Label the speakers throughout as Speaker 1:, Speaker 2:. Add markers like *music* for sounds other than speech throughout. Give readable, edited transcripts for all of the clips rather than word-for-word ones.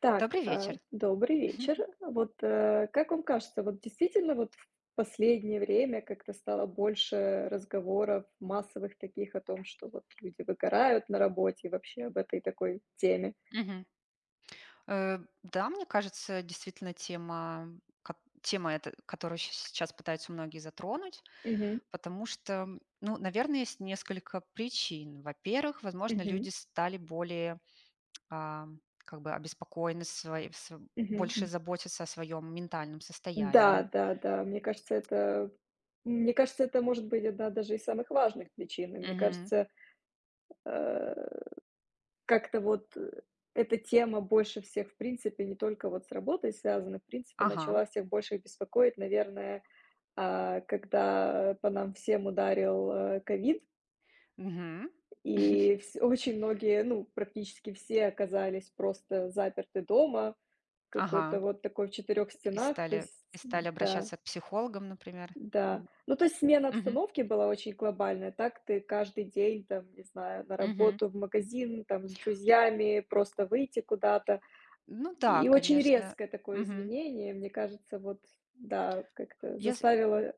Speaker 1: Так,
Speaker 2: Добрый вечер.
Speaker 1: добрый вечер. Вот, как вам кажется, вот действительно вот в последнее время как-то стало больше разговоров массовых таких о том, что вот люди выгорают на работе и вообще об этой такой теме?
Speaker 2: Мгм. Да, мне кажется, действительно тема, ко- тема эта, которую сейчас пытаются многие затронуть,
Speaker 1: Мгм,
Speaker 2: потому что, ну, наверное, есть несколько причин. Во-первых, возможно,
Speaker 1: мгм,
Speaker 2: люди стали более а, как бы обеспокоены, больше
Speaker 1: мгм.
Speaker 2: заботятся о своем ментальном
Speaker 1: Да,
Speaker 2: состоянии.
Speaker 1: да, да, мне кажется, это может быть одна даже из самых важных причин. И мне
Speaker 2: Мгм.
Speaker 1: кажется, э как-то вот, эта тема больше всех, в принципе, не только вот с работой связана, в принципе,
Speaker 2: Ага,
Speaker 1: начала всех больше беспокоить, наверное, когда по нам всем ударил, ковид,
Speaker 2: мгм,
Speaker 1: и вс очень многие, ну, практически все оказались просто заперты дома, какой-то
Speaker 2: ага.
Speaker 1: вот такой в четырех
Speaker 2: И
Speaker 1: стенах. То
Speaker 2: стали,
Speaker 1: есть
Speaker 2: и стали
Speaker 1: да,
Speaker 2: обращаться к психологам, например.
Speaker 1: да.
Speaker 2: М,
Speaker 1: Ну, то есть смена
Speaker 2: мгм.
Speaker 1: обстановки была очень глобальная. Так ты каждый день, там, не знаю, на
Speaker 2: Мгм.
Speaker 1: работу, в магазин, там, с друзьями, просто выйти куда-то.
Speaker 2: Ну да,
Speaker 1: И очень
Speaker 2: конечно.
Speaker 1: резкое такое
Speaker 2: Мгм.
Speaker 1: изменение, мне кажется, вот, да, как-то
Speaker 2: Я с
Speaker 1: заставило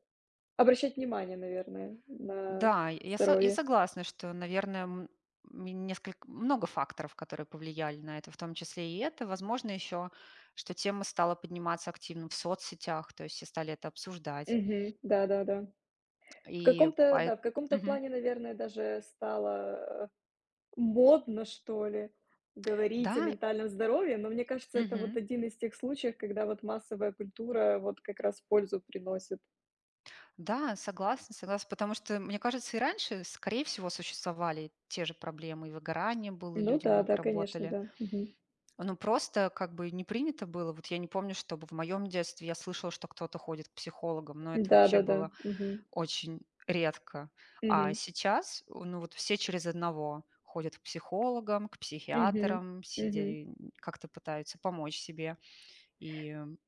Speaker 1: обращать внимание, наверное, на
Speaker 2: Да, я
Speaker 1: здоровье.
Speaker 2: согласна, что, наверное, несколько много факторов, которые повлияли на это, в том числе и это. Возможно, еще, что тема стала подниматься активно в соцсетях, то есть все стали это обсуждать.
Speaker 1: Мгм. Да-да-да. В
Speaker 2: И
Speaker 1: каком-то, да,
Speaker 2: поэтому,
Speaker 1: в каком-то плане, наверное, даже стало, модно, что ли, говорить о
Speaker 2: да,
Speaker 1: ментальном здоровье, но мне кажется, это вот
Speaker 2: мгм.
Speaker 1: один из тех случаев, когда вот массовая культура вот как раз пользу приносит.
Speaker 2: Да, согласна, согласна, потому что, мне кажется, и раньше, скорее всего, существовали те же проблемы, и выгорание было, и
Speaker 1: Ну
Speaker 2: люди
Speaker 1: да,
Speaker 2: много
Speaker 1: да, конечно,
Speaker 2: работали.
Speaker 1: да. Мгм.
Speaker 2: Ну, просто как бы не принято было. Вот я не помню, чтобы в моем детстве я слышала, что кто-то ходит к психологам, но это вообще
Speaker 1: Да-да-да.
Speaker 2: было
Speaker 1: Мгм.
Speaker 2: очень редко. А
Speaker 1: Мгм.
Speaker 2: сейчас, ну, вот все через одного ходят к психологам, к
Speaker 1: Мгм.
Speaker 2: психиатрам,
Speaker 1: Мгм.
Speaker 2: как-то пытаются помочь себе. И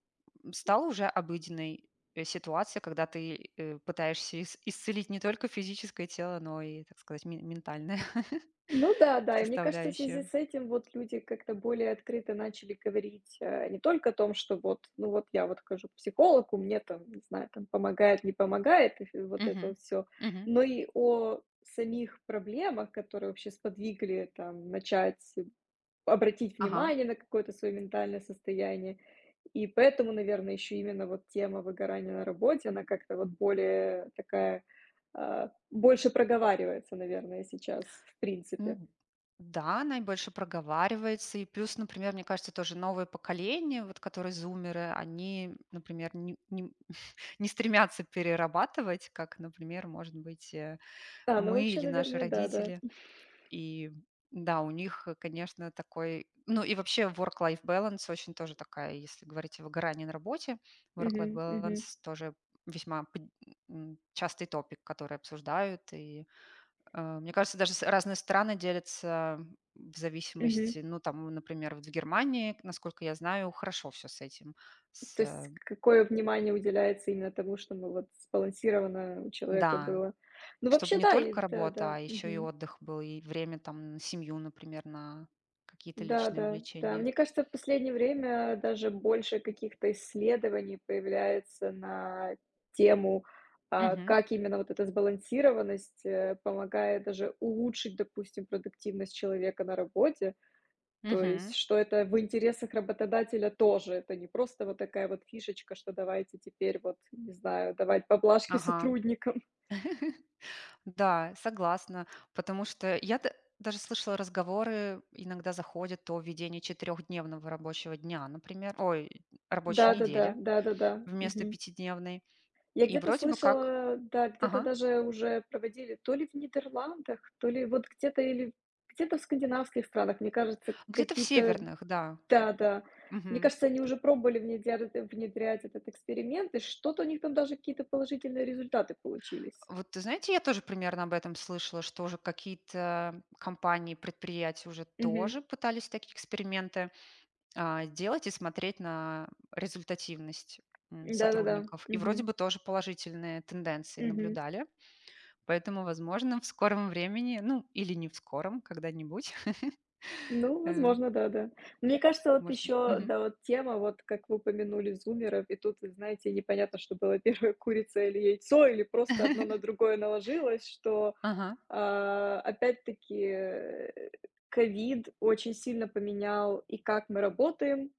Speaker 2: стала уже обыденной ситуация, когда ты пытаешься исцелить не только физическое тело, но и, так сказать, ментальное *laughs*
Speaker 1: Ну да, да. И мне кажется, в связи
Speaker 2: составляющее.
Speaker 1: с этим вот люди как-то более открыто начали говорить, не только о том, что вот, ну вот я вот хожу к психологу, мне там, не знаю, там помогает, не помогает, и вот это
Speaker 2: Мгм.
Speaker 1: вот все,
Speaker 2: Мгм.
Speaker 1: но и о самих проблемах, которые вообще сподвигли там начать обратить
Speaker 2: Ага.
Speaker 1: внимание на какое-то свое ментальное состояние. И поэтому, наверное, еще именно вот тема выгорания на работе, она как-то вот более такая, больше проговаривается, наверное, сейчас, в принципе.
Speaker 2: М, да, она и больше проговаривается. И плюс, например, мне кажется, тоже новое поколение, вот которые зумеры, они, например, *laughs* не стремятся перерабатывать, как, например, может быть,
Speaker 1: А, ну
Speaker 2: мы
Speaker 1: вообще,
Speaker 2: или наши
Speaker 1: наверное, да, да.
Speaker 2: родители. И да, у них, конечно, такой. Ну и вообще work-life balance очень тоже такая, если говорить о выгорании на работе,
Speaker 1: Мгм,
Speaker 2: work-life
Speaker 1: мгм,
Speaker 2: balance тоже весьма частый топик, который обсуждают, и мне кажется, даже с разные страны делятся в
Speaker 1: мгм.
Speaker 2: зависимости, ну, там, например, вот в Германии, насколько я знаю, хорошо все с этим. С,
Speaker 1: То есть
Speaker 2: э,
Speaker 1: какое внимание уделяется именно тому, чтобы вот сбалансировано у человека
Speaker 2: да,
Speaker 1: было. Ну
Speaker 2: чтобы
Speaker 1: вообще,
Speaker 2: не
Speaker 1: да,
Speaker 2: только
Speaker 1: и
Speaker 2: работа,
Speaker 1: да-да,
Speaker 2: а еще и
Speaker 1: мгм.
Speaker 2: отдых был, и время там на семью, например, на какие-то
Speaker 1: Да-да,
Speaker 2: личные
Speaker 1: да. Да.
Speaker 2: увлечения.
Speaker 1: Мне кажется, в последнее время даже больше каких-то исследований появляется на тему,
Speaker 2: Мгм.
Speaker 1: как именно вот эта сбалансированность, помогает даже улучшить, допустим, продуктивность человека на работе. То есть,
Speaker 2: Мгм.
Speaker 1: что это в интересах работодателя тоже. Это не просто вот такая вот фишечка, что давайте теперь вот, не знаю, давать поблажки
Speaker 2: Ага.
Speaker 1: сотрудникам.
Speaker 2: Да, согласна, потому что я, да, даже слышала разговоры, иногда заходят о введении четырехдневного рабочего дня, например, ой, рабочей
Speaker 1: Да-да-да,
Speaker 2: недели
Speaker 1: да-да-да.
Speaker 2: вместо
Speaker 1: Мгм.
Speaker 2: пятидневной.
Speaker 1: Я
Speaker 2: И
Speaker 1: где-то
Speaker 2: вроде бы как,
Speaker 1: слышала, да, где-то
Speaker 2: ага.
Speaker 1: даже уже проводили то ли в Нидерландах, то ли вот где-то или где-то в скандинавских странах, мне кажется,
Speaker 2: Где-то в
Speaker 1: какие-то,
Speaker 2: северных, да. М,
Speaker 1: да-да. Мне
Speaker 2: мгм.
Speaker 1: кажется, они
Speaker 2: Т
Speaker 1: уже пробовали внедрять этот эксперимент, и что-то у них там даже какие-то положительные результаты получились.
Speaker 2: Вот, ты знаете, я тоже примерно об этом слышала, что уже какие-то компании, предприятия уже
Speaker 1: Мгм.
Speaker 2: тоже пытались такие эксперименты, делать и смотреть на результативность,
Speaker 1: Да-да-да.
Speaker 2: сотрудников. И вроде
Speaker 1: Мгм.
Speaker 2: бы тоже положительные тенденции
Speaker 1: Мгм.
Speaker 2: наблюдали. Поэтому, возможно, в скором времени, ну, или не в скором, когда-нибудь, *laughs*
Speaker 1: Ну,
Speaker 2: э,
Speaker 1: возможно, да-да. Мне кажется, вот
Speaker 2: может,
Speaker 1: еще,
Speaker 2: мгм.
Speaker 1: да, вот тема, вот как вы упомянули зумеров, и тут, вы знаете, непонятно, что было первое, *laughs* курица или яйцо, или просто одно на
Speaker 2: *laughs*
Speaker 1: другое наложилось, что,
Speaker 2: Ага.
Speaker 1: опять-таки, ковид очень сильно поменял и как мы работаем.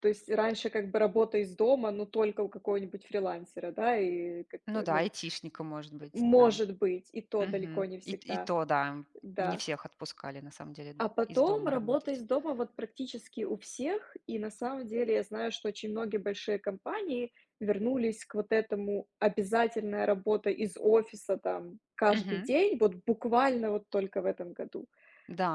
Speaker 1: То есть раньше как бы работа из дома, но только у какого-нибудь фрилансера, да, и как
Speaker 2: Ну
Speaker 1: бы,
Speaker 2: да,
Speaker 1: ну,
Speaker 2: айтишника, может быть, да.
Speaker 1: может быть, и то далеко
Speaker 2: Мгм.
Speaker 1: не
Speaker 2: И
Speaker 1: всегда,
Speaker 2: то, да, не
Speaker 1: да.
Speaker 2: всех отпускали на самом деле
Speaker 1: А
Speaker 2: из
Speaker 1: потом
Speaker 2: дома
Speaker 1: работа из
Speaker 2: работать.
Speaker 1: дома вот практически у всех. И на самом деле я знаю, что очень многие большие компании вернулись к вот этому обязательная работа из офиса там каждый
Speaker 2: Мгм.
Speaker 1: день, вот буквально вот только в этом году.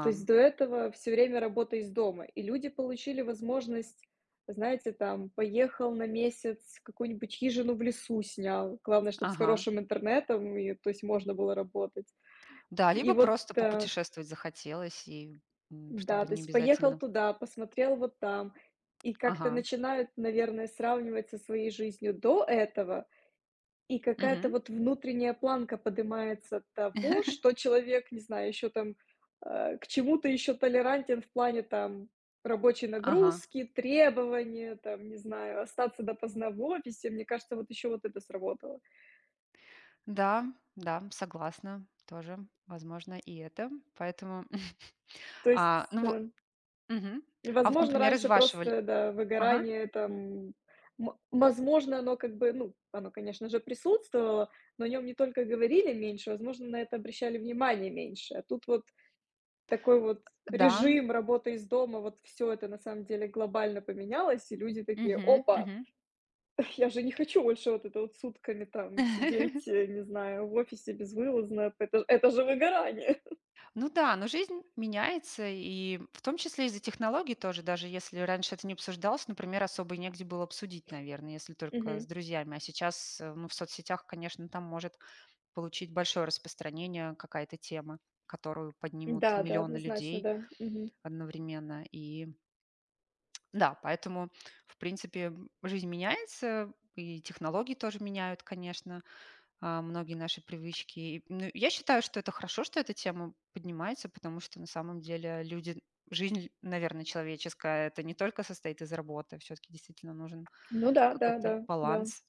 Speaker 1: То есть до этого все время работа из дома. И люди получили возможность, знаете, там, поехал на месяц, какую-нибудь хижину в лесу снял. Главное, чтобы с
Speaker 2: Ага.
Speaker 1: хорошим интернетом, и, то есть можно было работать.
Speaker 2: Да,
Speaker 1: И
Speaker 2: либо
Speaker 1: вот
Speaker 2: просто попутешествовать захотелось, и,
Speaker 1: да,
Speaker 2: чтобы
Speaker 1: то
Speaker 2: не
Speaker 1: есть поехал
Speaker 2: обязательно,
Speaker 1: туда, посмотрел вот там, и как-то
Speaker 2: ага.
Speaker 1: начинают, наверное, сравнивать со своей жизнью до этого, и какая-то
Speaker 2: Мгм.
Speaker 1: вот внутренняя планка поднимается того,
Speaker 2: *laughs*
Speaker 1: что человек, не знаю, еще там к чему-то еще толерантен в плане там рабочей
Speaker 2: Ага.
Speaker 1: нагрузки, требования, там, не знаю, остаться допоздна в офисе. Мне кажется, вот еще вот это сработало.
Speaker 2: Да, да, согласна, тоже возможно и это. Поэтому, *laughs*
Speaker 1: То есть,
Speaker 2: а, ну во
Speaker 1: да.
Speaker 2: мгм.
Speaker 1: И,
Speaker 2: А вот,
Speaker 1: возможно,
Speaker 2: например, из
Speaker 1: раньше
Speaker 2: вашего ль
Speaker 1: просто, да,
Speaker 2: ага,
Speaker 1: выгорание там, возможно, оно как бы, ну, оно, конечно же, присутствовало, но о нем не только говорили меньше, возможно, на это обращали внимание меньше. А тут вот такой вот
Speaker 2: да.
Speaker 1: режим работы из дома, вот все это на самом деле глобально поменялось, и люди такие:
Speaker 2: Мгм,
Speaker 1: "Опа,
Speaker 2: мгм.
Speaker 1: *laughs* я же не хочу больше вот это вот сутками там сидеть,
Speaker 2: *laughs*
Speaker 1: не знаю, в офисе безвылазно, это же выгорание".
Speaker 2: Ну да, но жизнь меняется, и в том числе из-за технологий тоже, даже если раньше это не обсуждалось, например, особо и негде было обсудить, наверное, если
Speaker 1: *laughs*
Speaker 2: только с
Speaker 1: Мгм.
Speaker 2: друзьями. А сейчас, ну, в соцсетях, конечно, там может получить большое распространение какая-то тема, которую поднимут
Speaker 1: Да, да,
Speaker 2: миллионы
Speaker 1: однозначно,
Speaker 2: людей
Speaker 1: да. Мгм.
Speaker 2: одновременно. И да, поэтому, в принципе, жизнь меняется, и технологии тоже меняют, конечно, многие наши привычки. И, ну, я считаю, что это хорошо, что эта тема поднимается, потому что на самом деле люди, жизнь, наверное, человеческая, это не только состоит из работы, все-таки действительно нужен
Speaker 1: Ну да, да,
Speaker 2: какой-то
Speaker 1: да, да.
Speaker 2: баланс.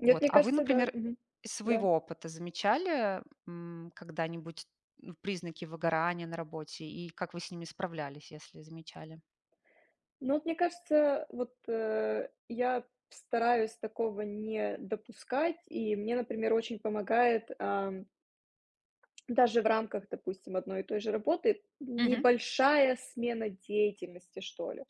Speaker 1: Нет,
Speaker 2: Вот.
Speaker 1: мне
Speaker 2: А вы,
Speaker 1: кажется, да.
Speaker 2: например,
Speaker 1: Мгм.
Speaker 2: из
Speaker 1: Да.
Speaker 2: своего опыта замечали, когда-нибудь, ну, признаки выгорания на работе и как вы с ними справлялись, если замечали?
Speaker 1: Ну, вот мне кажется, вот, я стараюсь такого не допускать, и мне, например, очень помогает, даже в рамках, допустим, одной и той же работы
Speaker 2: Мгм.
Speaker 1: небольшая смена деятельности, что ли.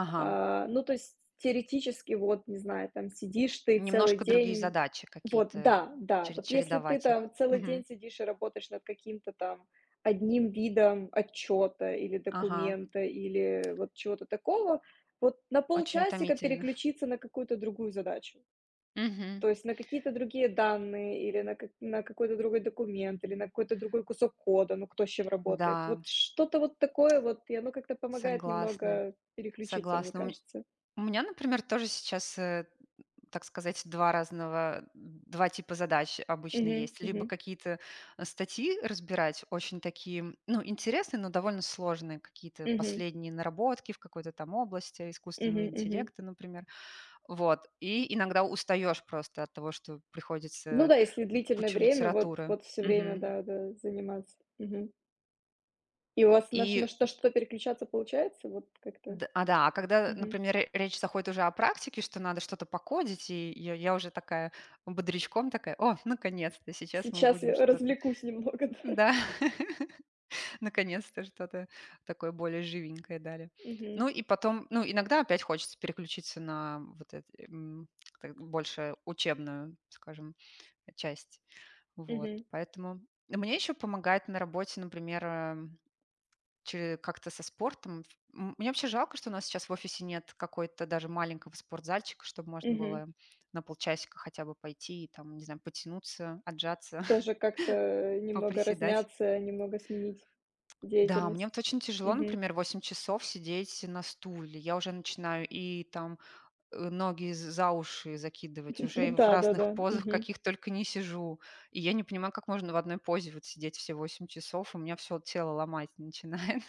Speaker 2: Ага.
Speaker 1: А, ну, то есть теоретически, вот, не знаю, там сидишь ты целый
Speaker 2: Немножко другие
Speaker 1: день.
Speaker 2: задачи
Speaker 1: Вот,
Speaker 2: какие-то,
Speaker 1: да, да. Вот если ты
Speaker 2: чередовать их.
Speaker 1: там целый
Speaker 2: Мгм.
Speaker 1: день сидишь и работаешь над каким-то там одним видом отчета или
Speaker 2: Ага.
Speaker 1: документа, или вот чего-то такого, вот на
Speaker 2: Очень
Speaker 1: полчасика
Speaker 2: утомительно.
Speaker 1: переключиться на какую-то другую задачу.
Speaker 2: Мгм.
Speaker 1: То есть на какие-то другие данные, или на какой-то другой документ, или на какой-то другой кусок кода, ну кто с чем работает. Вот
Speaker 2: Да,
Speaker 1: что-то вот такое вот, и оно как-то помогает
Speaker 2: согласна,
Speaker 1: немного переключиться, мне
Speaker 2: согласна. У ме
Speaker 1: кажется.
Speaker 2: у меня, например, тоже сейчас, так сказать, 2 разного 2 типа задач обычно
Speaker 1: Мгм,
Speaker 2: есть. Либо
Speaker 1: мгм,
Speaker 2: какие-то, статьи разбирать очень такие, ну, интересные, но довольно сложные, какие-то
Speaker 1: мгм,
Speaker 2: последние наработки в какой-то там области искусственного
Speaker 1: мгм, мгм.
Speaker 2: интеллекта, например. Вот, и иногда устаешь просто от того, что
Speaker 1: Ну
Speaker 2: приходится,
Speaker 1: да, если длительное
Speaker 2: кучу
Speaker 1: время, вот
Speaker 2: литературы.
Speaker 1: вот все время,
Speaker 2: Мгм.
Speaker 1: да, да, заниматься. Мгм. И у вас на ш
Speaker 2: И
Speaker 1: на что что переключаться получается? Вот как-то?
Speaker 2: Да, а когда,
Speaker 1: Мгм.
Speaker 2: например, ре речь заходит уже о практике, что надо что-то покодить, и я уже такая бодрячком такая: "О, наконец-то, сейчас мы
Speaker 1: Сейчас
Speaker 2: будем
Speaker 1: я
Speaker 2: что-то."
Speaker 1: развлекусь немного, *laughs* да.
Speaker 2: Да, *laughs* наконец-то что-то такое более живенькое дали.
Speaker 1: Мгм,
Speaker 2: Ну и потом, ну, иногда опять хочется переключиться на как больше учебную, скажем, часть. Вот,
Speaker 1: мгм,
Speaker 2: поэтому мне еще помогает на работе, например, э Че как-то со спортом. Мне вообще жалко, что у нас сейчас в офисе нет какой-то даже маленького спортзальчика, чтобы можно
Speaker 1: мгм.
Speaker 2: было на полчасика хотя бы пойти и там, не знаю, потянуться, отжаться, *laughs*
Speaker 1: Тоже как-то немного
Speaker 2: поприседать.
Speaker 1: размяться, немного сменить
Speaker 2: Да, мне
Speaker 1: деятельность.
Speaker 2: вот очень тяжело,
Speaker 1: Мгм.
Speaker 2: например, 8 часов сидеть на стуле. Я уже начинаю и там, ноги з за уши закидывать, уже и
Speaker 1: *laughs*
Speaker 2: в разных
Speaker 1: Да-да-да.
Speaker 2: позах,
Speaker 1: Мгм.
Speaker 2: каких только не сижу. И я не понимаю, как можно в одной позе вот сидеть все 8 часов. У меня все тело ломать начинает.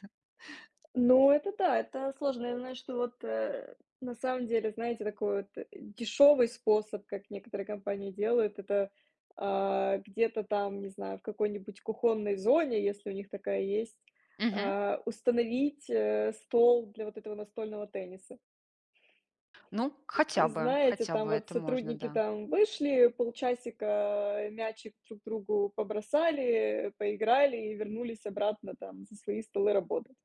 Speaker 1: Ну, это да, это сложно. Я знаю, что вот, на самом деле, знаете, такой вот, дешевый способ, как некоторые компании делают, это, где-то там, не знаю, в какой-нибудь кухонной зоне, если у них такая есть,
Speaker 2: *laughs*
Speaker 1: установить, стол для вот этого настольного тенниса.
Speaker 2: Ну,
Speaker 1: И знаете,
Speaker 2: хотя
Speaker 1: там
Speaker 2: бы
Speaker 1: вот
Speaker 2: это можно,
Speaker 1: сотрудники
Speaker 2: да.
Speaker 1: там вышли, полчасика мячик друг другу побросали, поиграли и вернулись обратно там за свои столы работать.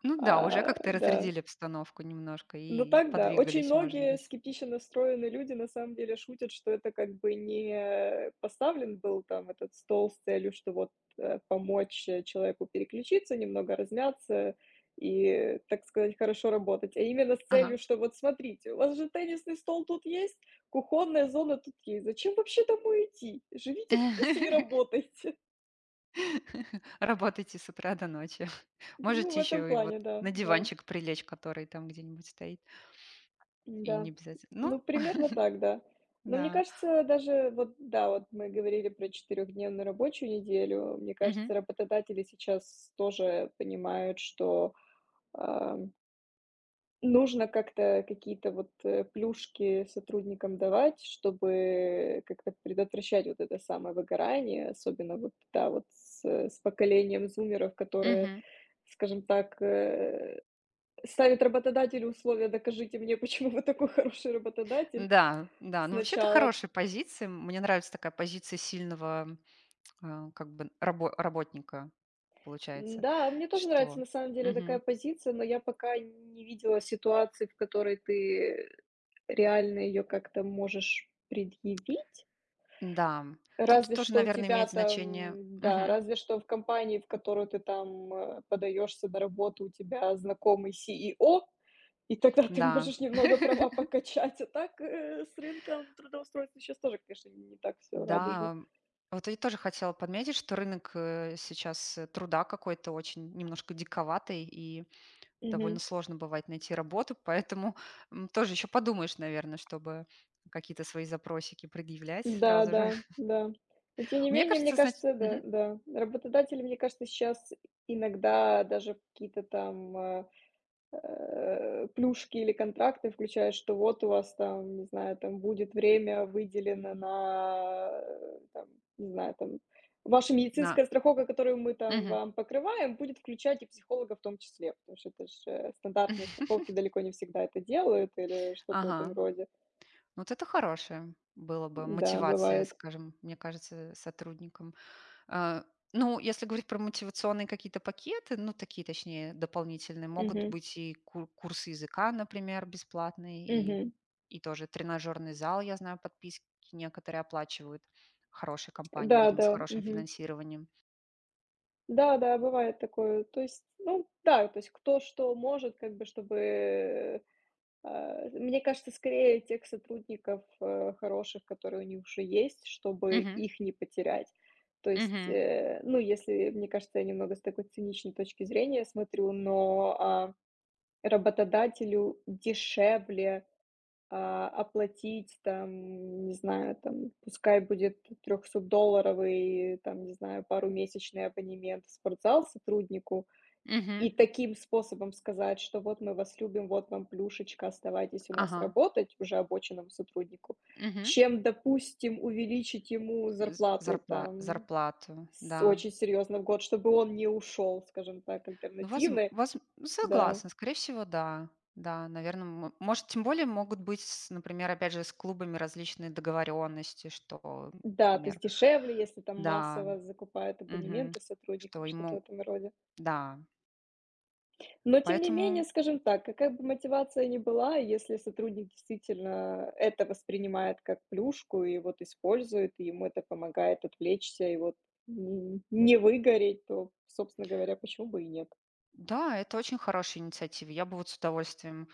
Speaker 2: Ну да, уже
Speaker 1: А,
Speaker 2: как-то
Speaker 1: да.
Speaker 2: разрядили обстановку немножко
Speaker 1: Ну
Speaker 2: и
Speaker 1: так да. Очень
Speaker 2: подвигались, может
Speaker 1: многие
Speaker 2: быть.
Speaker 1: скептично настроенные люди на самом деле шутят, что это как бы не поставлен был там этот стол с целью, что вот помочь человеку переключиться, немного размяться и, так сказать, хорошо работать, а именно с
Speaker 2: Ага.
Speaker 1: целью, что вот смотрите, у вас же теннисный стол тут есть, кухонная зона тут есть, зачем вообще домой идти? Живите *laughs* в офисе и
Speaker 2: *laughs*
Speaker 1: работайте. *laughs*
Speaker 2: Работайте с утра до ночи. *laughs*
Speaker 1: Ну, в
Speaker 2: Можете
Speaker 1: этом
Speaker 2: еще и вот
Speaker 1: плане,
Speaker 2: на
Speaker 1: да, да.
Speaker 2: диванчик прилечь, который там где-нибудь стоит, и не
Speaker 1: Да.
Speaker 2: обязательно.
Speaker 1: Ну,
Speaker 2: Ну, *laughs*
Speaker 1: примерно так, да. Но мне
Speaker 2: да.
Speaker 1: кажется, даже вот, да, вот мы говорили про четырехдневную рабочую неделю. Мне
Speaker 2: Мгм.
Speaker 1: кажется, работодатели сейчас тоже понимают, что, а, нужно как-то какие-то вот, плюшки сотрудникам давать, чтобы как-то предотвращать вот это самое выгорание. Особенно вот, да, вот с поколением зумеров, которые,
Speaker 2: Мгм.
Speaker 1: скажем так, ставят работодателю условия: "Докажите мне, *laughs* почему вы такой хороший работодатель".
Speaker 2: Да, да. Ну, вообще, то
Speaker 1: Сначала.
Speaker 2: хорошая позиция. Мне нравится такая позиция сильного, как бы работника, получается,
Speaker 1: Да мне тоже нравится
Speaker 2: что
Speaker 1: на самом деле такая
Speaker 2: мгм.
Speaker 1: позиция, но я пока не видела ситуации, в которой ты реально ее как-то можешь предъявить.
Speaker 2: Да, тут
Speaker 1: Разве
Speaker 2: тоже,
Speaker 1: что у
Speaker 2: наверное,
Speaker 1: тебя
Speaker 2: имеет значение.
Speaker 1: там, да,
Speaker 2: Мгм.
Speaker 1: разве что в компании, в которую ты там, подаёшься на работу, у тебя знакомый CEO, и тогда ты
Speaker 2: Да,
Speaker 1: можешь немного права покачать. А так, с рынком трудоустройства сейчас тоже, конечно, не так все радужно.
Speaker 2: да. Вот я тоже хотела подметить, что рынок сейчас труда какой-то очень немножко диковатый, и довольно сложно бывает найти работу, поэтому тоже еще подумаешь, наверное, чтобы какие-то свои запросики предъявлять
Speaker 1: Да,
Speaker 2: сразу же.
Speaker 1: да,
Speaker 2: *laughs*
Speaker 1: да. Но тем не
Speaker 2: Мне
Speaker 1: менее, мне
Speaker 2: кажется, значит.
Speaker 1: кажется, да, да. Работодатели, мне кажется, сейчас иногда даже какие-то там плюшки или контракты включают, что вот у вас там, не знаю, там будет время выделено на, там, не знаю, там, ваша
Speaker 2: На.
Speaker 1: медицинская страховка, которую мы там
Speaker 2: Мгм.
Speaker 1: вам покрываем, будет включать и психолога в том числе, потому что это же стандартные
Speaker 2: *laughs*
Speaker 1: страховки далеко не всегда это делают или что-то в этом
Speaker 2: Ага.
Speaker 1: роде.
Speaker 2: Вот это хорошее было бы
Speaker 1: Да,
Speaker 2: мотивация,
Speaker 1: бывает.
Speaker 2: скажем, мне кажется, сотрудникам. Э, ну, если говорить про мотивационные какие-то пакеты, ну, такие, точнее, дополнительные, могут
Speaker 1: Мгм.
Speaker 2: быть и курсы языка, например, бесплатные, и,
Speaker 1: Мгм.
Speaker 2: тоже тренажерный зал, я знаю, подписки некоторые оплачивают. Хорошие компании,
Speaker 1: Да,
Speaker 2: видимо, с
Speaker 1: да,
Speaker 2: хорошим
Speaker 1: мгм.
Speaker 2: финансированием.
Speaker 1: Да, да, бывает такое. То есть, ну да, то есть кто что может, как бы, чтобы, мне кажется, скорее тех сотрудников, хороших, которые у них уже есть, чтобы
Speaker 2: Мгм.
Speaker 1: их не потерять. То есть,
Speaker 2: Мгм.
Speaker 1: ну, если, мне кажется, я немного с такой циничной точки зрения смотрю, но, работодателю дешевле оплатить там, не знаю, там, пускай будет трехсотдолларовый, там, не знаю, парумесячный абонемент в спортзал сотруднику,
Speaker 2: Мгм.
Speaker 1: и таким способом сказать, что вот мы вас любим, вот вам плюшечка, оставайтесь у нас
Speaker 2: Ага.
Speaker 1: работать уже обоченному сотруднику,
Speaker 2: Мгм.
Speaker 1: чем, допустим, увеличить ему зарплату там
Speaker 2: Зарплату, да.
Speaker 1: очень серьезно в год, чтобы он не ушел, скажем так,
Speaker 2: Ну, возм
Speaker 1: альтернативной,
Speaker 2: возм ну,
Speaker 1: да.
Speaker 2: согласна, скорее всего, да. Да, наверное, может, тем более могут быть, с например, опять же, с клубами различные договоренности, что,
Speaker 1: Да, то
Speaker 2: например,
Speaker 1: есть дешевле, если там
Speaker 2: да,
Speaker 1: массово закупают
Speaker 2: мгм,
Speaker 1: абонементы
Speaker 2: что
Speaker 1: сотрудникам, что-то в
Speaker 2: ему,
Speaker 1: этом роде.
Speaker 2: да,
Speaker 1: Но тем не
Speaker 2: поэтому
Speaker 1: менее, скажем так, какая бы мотивация ни была, если сотрудник действительно это воспринимает как плюшку и вот использует, и ему это помогает отвлечься и вот не выгореть, то, собственно говоря, почему бы и нет?
Speaker 2: да, это очень хорошая инициатива. Я бы вот с удовольствием,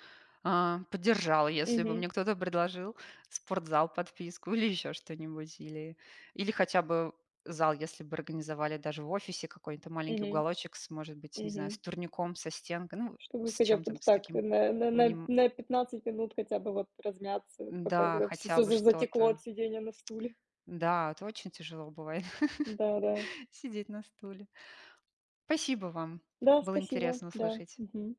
Speaker 2: поддержала, если бы
Speaker 1: Мгм.
Speaker 2: мне кто-то предложил спортзал, подписку или еще что-нибудь. Или, хотя бы зал, если бы организовали даже в офисе какой-то маленький
Speaker 1: Мгм.
Speaker 2: уголочек с, может быть, не знаю,
Speaker 1: Мгм.
Speaker 2: с турником, со стенкой, ну,
Speaker 1: Чтобы
Speaker 2: с
Speaker 1: хотя бы
Speaker 2: чем-то,
Speaker 1: вот
Speaker 2: с
Speaker 1: так
Speaker 2: таким.
Speaker 1: на, на, на,
Speaker 2: миним-
Speaker 1: на 15 минут хотя бы вот размяться, пока
Speaker 2: Да,
Speaker 1: все,
Speaker 2: хотя
Speaker 1: все
Speaker 2: бы
Speaker 1: затекло от
Speaker 2: что-то.
Speaker 1: сидения на стуле.
Speaker 2: Да, это очень тяжело бывает
Speaker 1: Да, да.
Speaker 2: *laughs* сидеть на стуле. Спасибо вам.
Speaker 1: Да,
Speaker 2: Было
Speaker 1: спасибо,
Speaker 2: интересно
Speaker 1: да,
Speaker 2: услышать.
Speaker 1: мгм.